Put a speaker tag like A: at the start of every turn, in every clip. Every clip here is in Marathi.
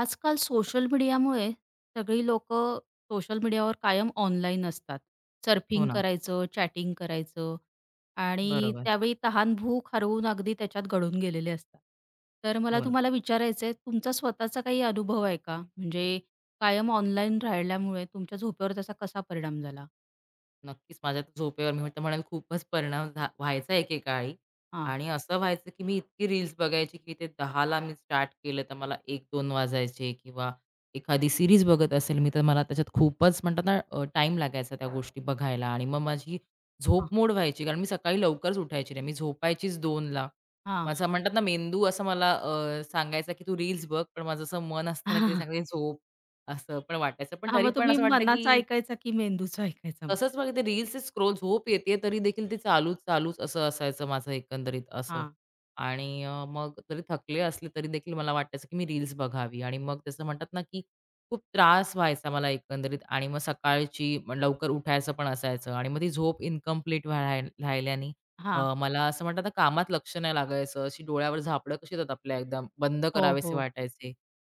A: आजकाल सोशल मीडियामुळे सगळी लोक सोशल मीडियावर कायम ऑनलाईन असतात.
B: हो
A: सर्फिंग
B: ना.
A: करायचं, चॅटिंग करायचं आणि
B: बरोबर.
A: त्यावेळी तहान-भूक हरवून अगदी त्याच्यात गळून गेलेले असतात. तर मला
B: हो ना.
A: तुम्हाला विचारायचं आहे, तुमचा स्वतःचा काही अनुभव आहे का? म्हणजे कायम ऑनलाईन राहिल्यामुळे तुमच्या झोपेवर त्याचा कसा परिणाम झाला?
B: नक्कीच माझ्या तर झोपेवर मी तर म्हणेल खूपच परिणाम व्हायचा एकेकाळी.
A: हां,
B: आणि असं व्हायचं, की मी इतकी रील्स बघायची, की ते दहाला मी स्टार्ट केलं तर मला 1-2 वाजायचे. किंवा एखादी सीरीज बघत असेल मी तर मला त्याच्यात खूपच म्हणतात ना लागायचा त्या गोष्टी बघायला आणि मग माझी
A: हां,
B: झोप मोड व्हायची. कारण मी सकाळी लवकरच उठायची नाही. मी झोपायचीच 2:00ला.
A: हां.
B: माझा म्हणतात ना मेंदू असं मला सांगायचा, की "तू रील्स बघ." पण माझं असं मन असतं की ते सांगायचं, "झोप." असं पण वाटायचं. पण
A: हां,
B: तरी
A: मग
B: पण
A: तुम्ही
B: असं वाटतं,
A: मनाचा
B: की
A: ऐकायचा की मेंदूचा ऐकायचा मग?
B: तसंच मग ते रील्स स्क्रोल झोप येते तरी देखील ते चालूच, चालूच असं असायचं माझं एकंदरीत असं.
A: हां,
B: आणि मग जरी थकले असले तरी देखील मला वाटायचं की मी रील्स बघावी. आणि मग तसं म्हणतात ना की खूप त्रास व्हायचा मला एकंदरीत. आणि मग सकाळची लवकर उठायचं पण असायचं आणि मग ती झोप इन्कम्प्लीट राहिल्याने
A: हां.
B: मला असं म्हणतात ना कामात लक्ष नाही लागायचं. अशी डोळ्यावर झापडं कशी येतात आपल्या एकदम बंद
A: हो,
B: करावेसे
A: हो.
B: वाटायचे.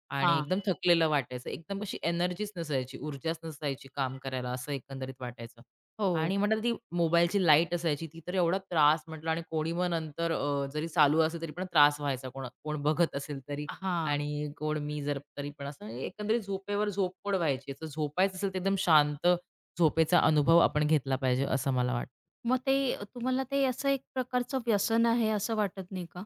B: आणि
A: हां,
B: एकदम थकलेलं वाटायचं. एकदम अशी एनर्जीच नसायची, ऊर्जाच नसायची काम करायला असं एकंदरीत वाटायचं.
A: हो.
B: आणि म्हटलं ती मोबाईलची लाईट असायची ती तर एवढा त्रास म्हटलं. आणि कोणी मग नंतर जरी चालू असेल तरी पण त्रास व्हायचा. कोण कोण बघत असेल तरी
A: हां.
B: आणि कोण मी जर तरी पण असं एकंदरीत झोपेवर झोपमोड व्हायची. तर झोपायचं असेल तर एकदम शांत झोपेचा अनुभव आपण घेतला पाहिजे असं मला वाटतं.
A: मग ते तुम्हाला ते असं एक प्रकारचं व्यसन आहे असं वाटत नाही का?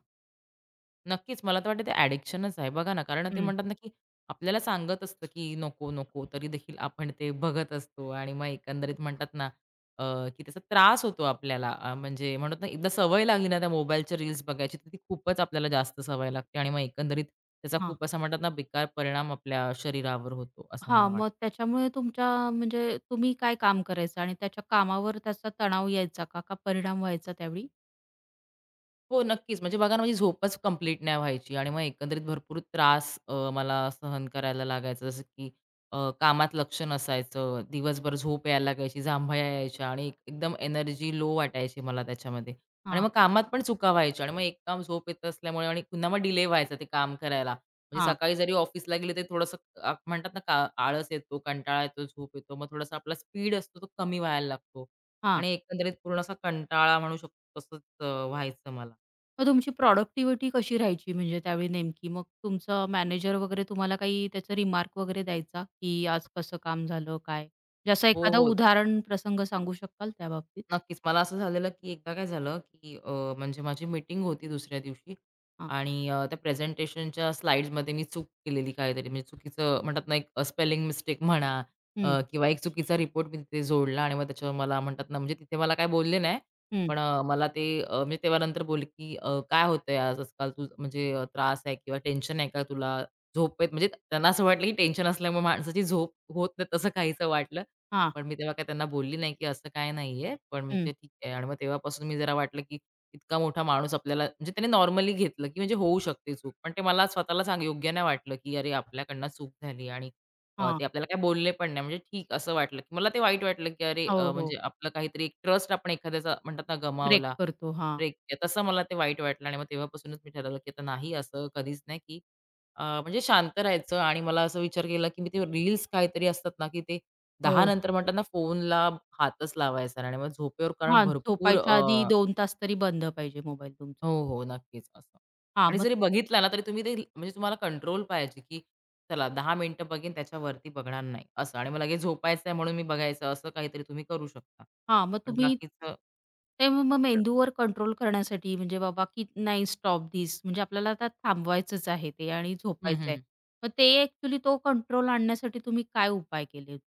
B: नक्कीच. मला तर वाटतं ते ॲडिक्शनच आहे. बघा ना, कारण ते
A: हं.
B: म्हणतात ना, की आपल्याला सांगत असतं, की नको, नको, तरी देखील आपण ते बघत असतो. आणि मग एकंदरीत म्हणतात ना, अ, की त्याचा त्रास होतो आपल्याला. म्हणजे म्हणत ना, एकदा सवय लागली ना त्या मोबाईलच्या रील्स बघायची, तर ती खूपच आपल्याला जास्त सवय लागते. आणि मग एकंदरीत त्याचा
A: हां.
B: खूप असा म्हणतात ना, बेकार परिणाम आपल्या शरीरावर होतो, असं मला
A: हां, मग
B: वाटतं.
A: त्याच्यामुळे तुमच्या म्हणजे तुम्ही काय काम करायचं आणि त्याच्या कामावर त्याचा तणाव यायचा का? का परिणाम व्हायचा त्यावेळी?
B: हो, नक्कीच. म्हणजे बघा ना, माझी झोपच कंप्लीट नाही व्हायची आणि मग एकंदरीत भरपूर त्रास मला सहन करायला लागायचा. जसं की कामात लक्ष नसायचं, दिवसभर झोप यायला लागायची, जांभया यायच्या आणि एकदम एनर्जी लो वाटायची मला त्याच्यामध्ये. आणि
A: हां,
B: मग कामात पण चुका व्हायच्या आणि मग एक काम झोप येत असल्यामुळे आणि पुन्हा मग डिले व्हायचा ते काम करायला. म्हणजे
A: हां.
B: सकाळी जरी ऑफिसला गेले, ते थोडंसं म्हणतात ना, का आळस येतो, कंटाळा येतो, झोप येतो. मग थोडासा आपला स्पीड असतो, तो कमी व्हायला लागतो
A: हां,
B: आणि एकंदरीत पूर्ण असा कंटाळा म्हणू शकतो, तसंच व्हायचं मला.
A: मग तुमची प्रॉडक्टिव्हिटी कशी राहायची म्हणजे त्यावेळी नेमकी? मग तुमचा मॅनेजर वगैरे तुम्हाला काही त्याचा रिमार्क वगैरे द्यायचा, की आज कसं काम झालं, काय? म्हणजे असं
B: हो,
A: एखादं
B: हो.
A: उदाहरण, प्रसंग सांगू शकाल त्याबाबतीत?
B: नक्कीच. मला असं झालेलं, की एकदा काय झालं, की म्हणजे माझी मीटिंग होती दुसऱ्या दिवशी.
A: हां.
B: आणि त्या प्रेझेंटेशनच्या स्लाइड्समध्ये मी चूक केलेली काहीतरी, म्हणजे चुकीचं म्हणतात ना, एक स्पेलिंग मिस्टेक म्हणा
A: हं,
B: किंवा एक चुकीचा रिपोर्ट मी तिथे जोडला. आणि मग त्याच्यावर मला म्हणतात ना, म्हणजे तिथे मला काही बोलले नाही.
A: हं.
B: पण मला ते म्हणजे तेव्हा नंतर बोलले, की "काय होतंय आज आजकाल तुझं म्हणजे त्रास आहे किंवा टेन्शन आहे का तुला? झोप येत" म्हणजे त्यांना असं वाटलं, की टेन्शन असल्यामुळे माणसाची झोप होत नाही, तसं काहीसं वाटलं.
A: हां,
B: पण मी तेव्हा काही त्यांना बोलली नाही, की असं काही नाहीये. पण
A: हं.
B: म्हणजे ठीक आहे. आणि मग तेव्हापासून मी जरा वाटलं, की इतका मोठा माणूस आपल्याला म्हणजे त्याने नॉर्मली घेतलं, की म्हणजे होऊ शकते चूक. पण ते मला स्वतःला सांग योग्य नाही वाटलं, की अरे आपल्याकडनं चूक झाली. आणि
A: हां.
B: ते आपल्याला काही बोलले पण नाही. म्हणजे ठीक असं वाटलं, की मला ते वाईट वाटलं, की अरे
A: हो, हो.
B: म्हणजे आपलं काहीतरी एक ट्रस्ट आपण एखाद्याचा म्हणतात ना
A: ब्रेक
B: गमावला.
A: करतो. हां.
B: ब्रेक. तसं मला ते वाईट वाटलं. आणि मग तेव्हापासूनच मी ठरवलं, की आता नाही असं कधीच नाही, की म्हणजे शांत राहायचं. आणि मला असं विचार केला, की मी ते रील्स काहीतरी असतात ना, की ते 10
A: हो.
B: नंतर म्हणतात ना फोनला हातच लावायचा नाही आणि मग झोपेवर कारण
A: हां,
B: भरपूर
A: झोपायच्या आधी 2 तास तरी बंद पाहिजे मोबाईल तुमचा.
B: हो, हो, नक्कीच असं.
A: हां,
B: आणि
A: मग
B: जरी बघितला ना, तरी तुम्ही ते म्हणजे तुम्हाला कंट्रोल पाहिजे, की चला 10 मिनिटं बघेन त्याच्यावरती बघणार नाही असं. आणि मग लगेच झोपायचंय म्हणून मी बघायचं असं काहीतरी तुम्ही करू शकता.
A: हां, मग
B: पण
A: तुम्ही
B: बाकीचं
A: ते मग मग
B: पण
A: मेंदूवर कंट्रोल करण्यासाठी म्हणजे बाबा की नाही स्टॉप धिस म्हणजे आपल्याला आता थांबवायचंच आहे ते आणि
B: हं,
A: झोपायचं आहे.
B: हं,
A: मग ते ॲक्चुअली तो कंट्रोल आणण्यासाठी तुम्ही काय उपाय केले?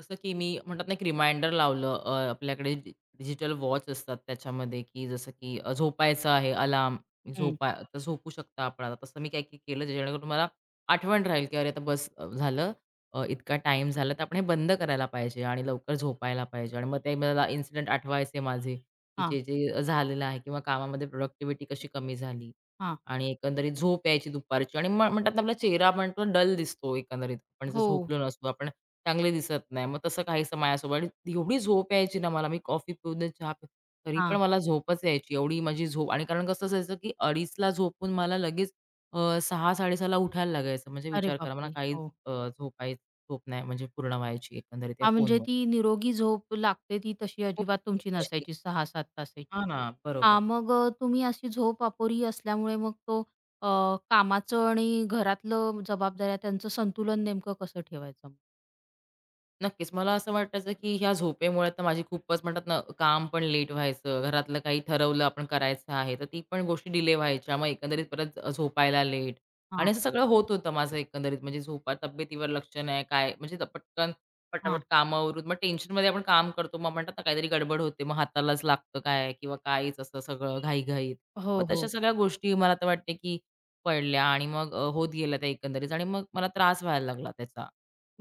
B: जसं की मी म्हणतात ना एक रिमाइंडर लावलं आपल्याकडे डिजिटल वॉच असतात त्याच्यामध्ये, की जसं की झोपायचं आहे अलार्म,
A: हं.
B: झोपा तर झोपू शकता आपण आता. तसं मी काही केलं जेणेकरून मला आठवण राहील, की अरे आता बस झालं, इतका टाइम झाला तर आपण हे बंद करायला पाहिजे आणि लवकर झोपायला पाहिजे. आणि मग ते मला इन्सिडेंट आठवायचे माझे, की
A: हां,
B: जे झालेलं आहे किंवा कामामध्ये प्रोडक्टिव्हिटी कशी कमी झाली
A: हां.
B: आणि एकंदरीत झोप यायची दुपारची. आणि म्हणतात ना आपला चेहरा म्हणतो डल दिसतो एकंदरीत. आपण जर
A: हो.
B: झोपलो नसू, आपण चांगले दिसत नाही. मग तसं काहीसं माझ्यासोबत. आणि एवढी झोप यायची ना मला, मी कॉफी पिऊन, चहा पिऊन, तरी पण
A: हां.
B: मला झोपच यायची. एवढी माझी झोप. आणि कारण कसं असायचं, की 2:30ला झोपून मला लगेच 6:00-6:30ला उठायला लागायचं. म्हणजे
A: अरे
B: विचार करा, मला
A: बापरे!
B: काहीच
A: हो.
B: अ, झोप नाही म्हणजे पूर्ण व्हायची एकंदरीत या
A: हां, म्हणजे
B: फोनमुळे.
A: ती निरोगी झोप लागते ती तशी
B: हो,
A: अजिबात तुमची
B: तशी.
A: नसायची 6-7 तासाची.
B: हां ना,
A: हां,
B: बरोबर.
A: मग तुम्ही अशी झोप अपुरी असल्यामुळे मग तो अ, कामाचं आणि घरातलं जबाबदाऱ्या त्यांचं संतुलन नेमकं कसं ठेवायचं?
B: नक्कीच. मला असं वाटायचं, की ह्या झोपेमुळे तर माझी खूपच म्हणतात ना, काम पण लेट व्हायचं. घरातलं काही ठरवलं आपण करायचं आहे, तर ती पण गोष्टी डिले व्हायच्या. मग एकंदरीत परत झोपायला लेट
A: हां,
B: आणि असं सगळं होत होतं माझं एकंदरीत. म्हणजे झोपा, तब्येतीवर लक्ष नाही, काय म्हणजे पटकन, पटापट
A: हां.
B: कामं मग टेन्शनमध्ये आपण काम करतो. मग म्हणतात ना, काहीतरी गडबड होते. मग हातालाच लागतं काय किंवा काहीच असं सगळं घाईघाईत. मग
A: हो,
B: तशा
A: हो.
B: सगळ्या गोष्टी मला तर वाटते, की पडल्या आणि मग होत गेल्या त्या एकंदरीत. आणि मग मला त्रास व्हायला लागला त्याचा,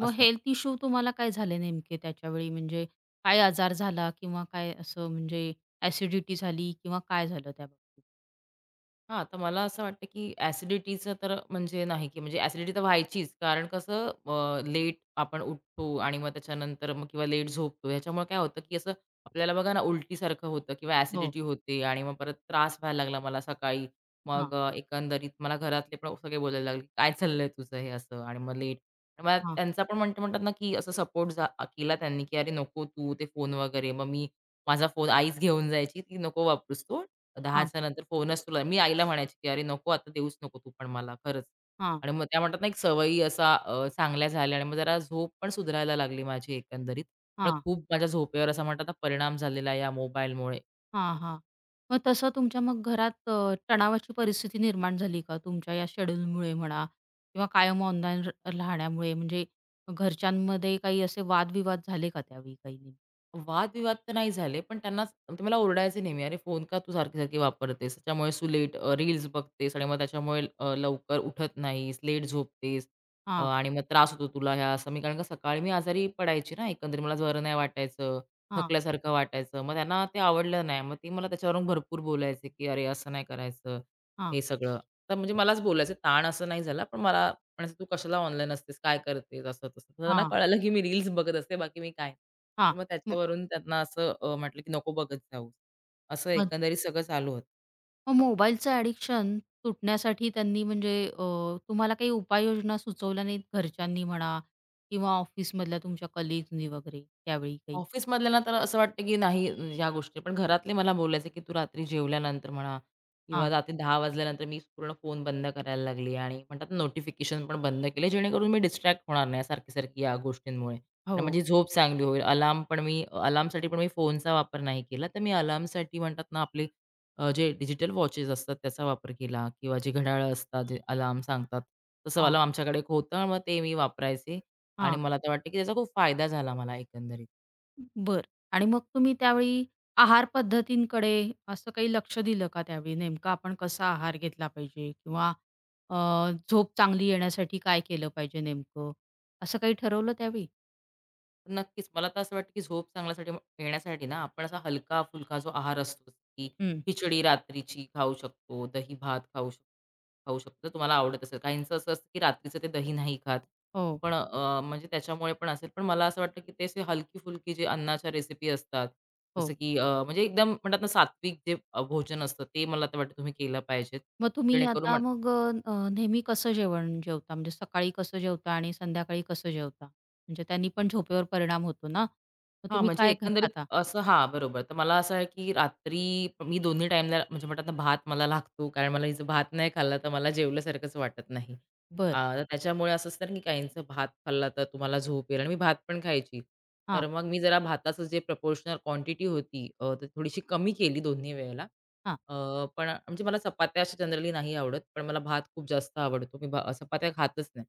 A: मग
B: असं.
A: हेल्थ इश्यू तुम्हाला काय झाले नेमके त्याच्यावेळी? म्हणजे काय आजार झाला किंवा काय असं म्हणजे ॲसिडिटी झाली किंवा काय झालं त्या बाबतीत?
B: हां, तर मला असं वाटतं, की ॲसिडिटीचं तर म्हणजे नाही, की म्हणजे ॲसिडिटी तर व्हायचीच. कारण कसं लेट आपण उठतो आणि मग त्याच्यानंतर मग किंवा लेट झोपतो. ह्याच्यामुळे काय होतं, की असं आपल्याला बघा ना उलटीसारखं होतं किंवा
A: हो.
B: ॲसिडिटी होते आणि मग परत त्रास व्हायला लागला मला सकाळी.
A: हां,
B: मग एकंदरीत मला घरातले पण सगळे बोलायला लागले, "काय चाललंय तुझं हे असं?" आणि मग लेट मग
A: हां,
B: त्यांचा पण म्हणतात ना, की असं सपोर्ट केला त्यांनी, की "अरे नको तू ते फोन वगैरे." मग मी माझा फोन आईच घेऊन जायची, "ती नको वापरूस तू
A: हां,
B: 10च्या नंतर फोनच तुला मी आईला म्हणायची, की "अरे नको आता देऊच नको तू पण मला खरंच."
A: हां,
B: आणि मग त्या म्हणतात ना, एक सवयी असा चांगल्या झाल्या. आणि मग जरा झोप पण सुधारायला लागली माझी एकंदरीत. पण
A: हां.
B: खूप माझ्या झोपेवर असा म्हणतात ना, परिणाम झालेला आहे या मोबाईलमुळे.
A: हां, हां. मग तसं तुमच्या मग घरात तणावाची परिस्थिती निर्माण झाली का तुमच्या या शेड्यूलमुळे म्हणा किंवा कायम ऑनलाईन राहण्यामुळे? म्हणजे घरच्यांमध्ये काही असे वादविवाद झाले का त्यावेळी काही नेमके?
B: वादविवाद तर नाही झाले, पण त्यांनाच ते मला ओरडायचे नेहमी, "अरे फोन का तू सारखी-सारखी वापरतेस? त्याच्यामुळे तू लेट रील्स बघतेस आणि मग त्याच्यामुळे लवकर उठत नाहीस, लेट झोपतेस
A: हां,
B: आणि मग त्रास होतो तुला ह्या." असं मी कारण का सकाळी मी आजारी पडायची ना एकंदरीत. मला बरं नाही वाटायचं,
A: हां,
B: थकल्यासारखं वाटायचं. मग त्यांना ते आवडलं नाही. मग ते मला त्याच्यावरून भरपूर बोलायचे, की "अरे असं नाही करायचं."
A: हां,
B: हे सगळं. तर म्हणजे मलाच बोलायचं. ताण असं नाही झाला, पण मला म्हणायचं, "तू कशाला ऑनलाईन असतेस? काय करतेस?" असं-तसं. तर त्यांना
A: हां,
B: कळालं की मी रील्स बघत असते, बाकी मी काय तर
A: हां.
B: मग
A: मग
B: त्याच्यावरून त्यांना असं म्हटलं की नको बघत जाऊस. असं
A: मग
B: एकंदरीत सगळं चालू होतं.
A: मग मोबाईलचं ॲडिक्शन तुटण्यासाठी त्यांनी म्हणजे तुम्हाला काही उपाययोजना सुचवल्या नाहीत घरच्यांनी म्हणा किंवा ऑफिसमधल्या तुमच्या कलीग्सनी वगैरे त्यावेळी काही?
B: ऑफिसमधल्यांना तर असं वाटतं, की नाही ह्या गोष्टी. पण घरातले मला बोलायचे, की "तू रात्री जेवल्यानंतर म्हणा किंवा
A: हां.
B: रात्री 10 वाजल्यानंतर मी पूर्ण फोन बंद करायला लागली" आणि म्हणतात ना नोटिफिकेशन पण बंद केले, जेणेकरून मी डिस्ट्रॅक्ट होणार नाही सारखी-सारखी या गोष्टींमुळे आणि
A: हो.
B: माझी झोप चांगली होईल. अलार्म पण मी अलार्मसाठी पण मी फोनचा वापर नाही केला. तर मी अलार्मसाठी म्हणतात ना आपले जे डिजिटल वॉचेस असतात त्याचा वापर केला किंवा जे घड्याळं असतात, जे अलार्म सांगतात, तसं
A: हां,
B: मला आमच्याकडे एक होतं. मग ते मी वापरायचे. आणि मला तर वाटतं, की त्याचा खूप फायदा झाला मला एकंदरीत.
A: बरं. आणि मग तुम्ही त्यावेळी आहार पद्धतींकडे असं काही लक्ष दिलं का त्यावेळी? नेमका आपण कसा आहार घेतला पाहिजे किंवा अ, झोप चांगली येण्यासाठी काय केलं पाहिजे नेमकं? असं काही ठरवलं त्यावेळी?
B: तर नक्कीच. मला तर असं वाटतं, की झोप चांगल्यासाठी येण्यासाठी ना, आपण असा हलका-फुलका जो आहार असतो, की
A: हं.
B: खिचडी रात्रीची खाऊ शकतो, दही-भात खाऊ शकतो खाऊ शकतो. जर तुम्हाला आवडत असेल. काहींचं असं असतं, की रात्रीचं ते दही नाही खात.
A: हो,
B: पण म्हणजे त्याच्यामुळे पण असेल. पण मला असं वाटतं, की ते असे हलकी-फुलकी जे अन्नाच्या रेसिपी असतात,
A: हो.
B: जसं की म्हणजे एकदम म्हणतात ना, सात्विक जे भोजन असतं, ते मला तर वाटतं तुम्ही केलं पाहिजेत.
A: मग तुम्ही
B: जेणेकरून
A: आता
B: म्हण
A: मग नेहमी कसं जेवण जेवता? म्हणजे सकाळी कसं जेवता आणि संध्याकाळी कसं जेवता? म्हणजे त्यांनी पण झोपेवर परिणाम होतो ना? मग
B: हां,
A: तुम्ही
B: म्हणजे
A: काय
B: एकंदरीत
A: खाता?
B: असं हां, बरोबर. तर मला असं आहे, की रात्री मी दोन्ही टाईमला म्हणजे म्हणतात ना, भात मला लागतो, कारण मला हिचं भात नाही खाल्ला, तर मला जेवल्यासारखंच वाटत नाही.
A: बरं.
B: तर त्याच्यामुळे असं असतं ना, की काहींचं भात खाल्ला तर तुम्हाला झोप येईल आणि मी भात पण खायची.
A: हां,
B: तर मग मी जरा भाताचं जे प्रपोर्शनल क्वांटिटी होती ती थोडीशी कमी केली दोन्ही वेळेला.
A: हां.
B: पण म्हणजे मला चपात्या अशा जनरली नाही आवडत, पण मला भात खूप जास्त आवडतो. मी चपात्या खातच नाही.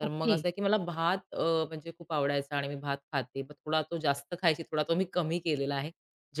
B: तर मग
A: ओके.
B: असं आहे, की मला भात म्हणजे खूप आवडायचा आणि मी भात खाते. पण थोडा तो जास्त खायची, थोडा तो मी कमी केलेला आहे.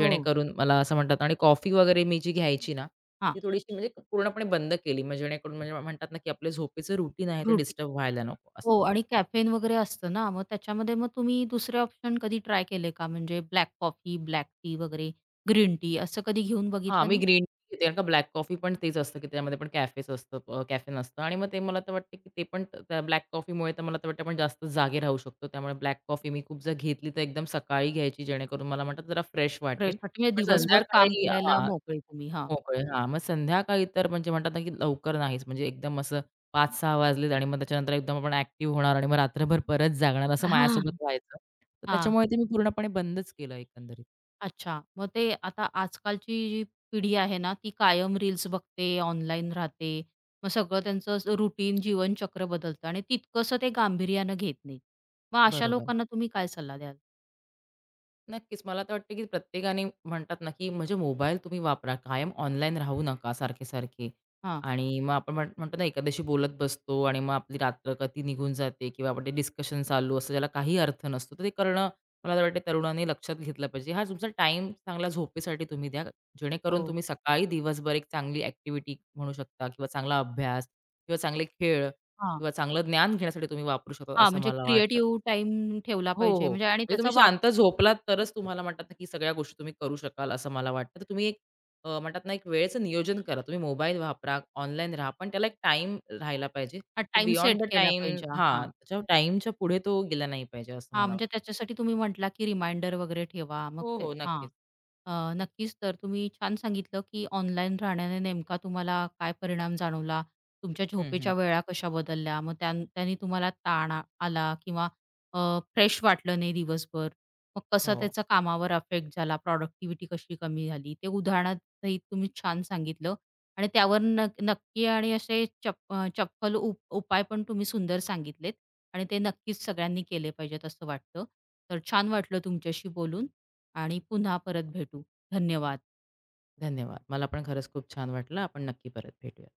A: हो.
B: मला असं म्हणतात. आणि कॉफी वगैरे मी जी घ्यायची ना,
A: हां.
B: ती थोडीशी म्हणजे पूर्णपणे बंद केली. मग जेणेकरून म्हणजे म्हणतात ना, की आपले झोपेचं रुटीन आहे ते डिस्टर्ब व्हायला नको असं.
A: हो आणि कॅफेन वगैरे असतं ना, मग त्याच्यामध्ये मग तुम्ही दुसरे ऑप्शन कधी ट्राय केले का? म्हणजे ब्लॅक कॉफी, ब्लॅक टी वगैरे, ग्रीन टी असं कधी घेऊन
B: हां,
A: बघितलं
B: मी
A: नाही?
B: ग्रीन टी घेते, कारण का ब्लॅक कॉफी पण तेच असतं, की त्यामध्ये पण कॅफेच असतं कॅफेन. आणि मग ते मला तर वाटतं, की ते पण त्या ब्लॅक कॉफीमुळे तर मला तर वाटतं आपण जास्त जागे राहू शकतो. त्यामुळे ब्लॅक कॉफी मी खूप जर घेतली, तर एकदम सकाळी घ्यायची, जेणेकरून मला म्हणतात जरा फ्रेश वाटेल.
A: फ्रेशसाठी म्हणजे
B: पण
A: दिवसभर काम
B: संध्याकाळी
A: करायला
B: हां,
A: मोकळे तुम्ही. हां.
B: मोकळे हां, मग संध्याकाळी तर म्हणजे म्हणतात ना, की लवकर नाहीच, म्हणजे एकदम असं 5-6 वाजलेत आणि मग त्याच्यानंतर एकदम आपण ॲक्टिव्ह होणार आणि मग रात्रभर परत जागणार, असं
A: हां.
B: माझ्यासोबत व्हायचं. तर
A: हां.
B: त्याच्यामुळे ते मी पूर्णपणे बंदच केलं एकंदरीत.
A: अच्छा. मग ते आता आजकालची जी पिढी आहे ना, ती कायम रील्स बघते, ऑनलाईन राहते. मग सगळं
B: हं.
A: त्यांचं रुटीन जीवनचक्र बदलतं आणि तितकंसं ते गांभीर्यानं घेत नाहीत. मग अशा
B: बरोबर.
A: लोकांना तुम्ही काय सल्ला द्याल?
B: नक्कीच. मला तर वाटतं, की प्रत्येकाने म्हणतात ना, की म्हणजे मोबाईल तुम्ही वापरा. कायम ऑनलाईन राहू नका सारखे-सारखे.
A: हां.
B: आणि मग आपण म्हणतो ना, एखाद्याशी बोलत बसतो आणि मग आपली रात्र कधी निघून जाते किंवा आपण ते डिस्कशन चालू असतं, ज्याला काही अर्थ नसतो. तर ते करणं मला तर वाटतं तरुणांनी लक्षात घेतलं पाहिजे. हा तुमचा टाईम चांगला झोपेसाठी तुम्ही द्या. जेणेकरून
A: हो.
B: तुम्ही सकाळी दिवसभर एक चांगली ॲक्टिव्हिटी म्हणू शकता किंवा चांगला अभ्यास किंवा चांगले खेळ किंवा चांगलं ज्ञान घेण्यासाठी तुम्ही वापरू शकता,
A: हां,
B: असं
A: म्हणजे
B: मला वाटतं.
A: क्रिएटिव्ह टाइम ठेवला
B: हो,
A: पाहिजे
B: हो.
A: म्हणजे आणि
B: म्हणजे
A: त्याचा
B: तुम्ही
A: वाप
B: शांत झोपलात तरच तुम्हाला म्हणतात ना, की सगळ्या गोष्टी तुम्ही करू शकाल असं मला वाटतं. तर तुम्ही एक म्हणतात ना, एक वेळेचं नियोजन करा. तुम्ही मोबाईल वापरा, ऑनलाईन राहा, पण त्याला एक टाईम राहिला पाहिजे. तो
A: टाइम
B: बियॉन्ड
A: सेट
B: द
A: केला
B: टाईम
A: पाहिजे. हां.
B: हां, त्याच्या टाईमच्या पुढे तो गेला नाही पाहिजे असं
A: हां,
B: मला वाटतं.
A: म्हणजे त्याच्यासाठी तुम्ही म्हटला, की रिमाइंडर वगैरे ठेवा. मग
B: हो,
A: ते
B: हो.
A: हां.
B: नक्कीच.
A: नक्कीच तर तुम्ही छान सांगितलं, की ऑनलाईन राहण्याने नेमका तुम्हाला काय परिणाम जाणवला? तुमच्या
B: हं, हं.
A: झोपेच्या वेळा कशा बदलल्या? मग त्यानी तुम्हाला ताण आ आला किंवा अ, फ्रेश वाटलं नाही दिवसभर. मग कसं
B: हो.
A: त्याचा कामावर अफेक्ट झाला? प्रॉडक्टिव्हिटी कशी कमी झाली? ते उदाहरणासहित तुम्ही छान सांगितलं आणि त्यावर नक्की आणि असे चपखल उपाय पण तुम्ही सुंदर सांगितलेत. आणि ते नक्कीच सगळ्यांनी केले पाहिजेत असं वाटतं. तर छान वाटलं तुमच्याशी बोलून आणि पुन्हा परत भेटू. धन्यवाद.
B: धन्यवाद. मला पण खरंच खूप छान वाटलं. आपण नक्की परत भेटूया.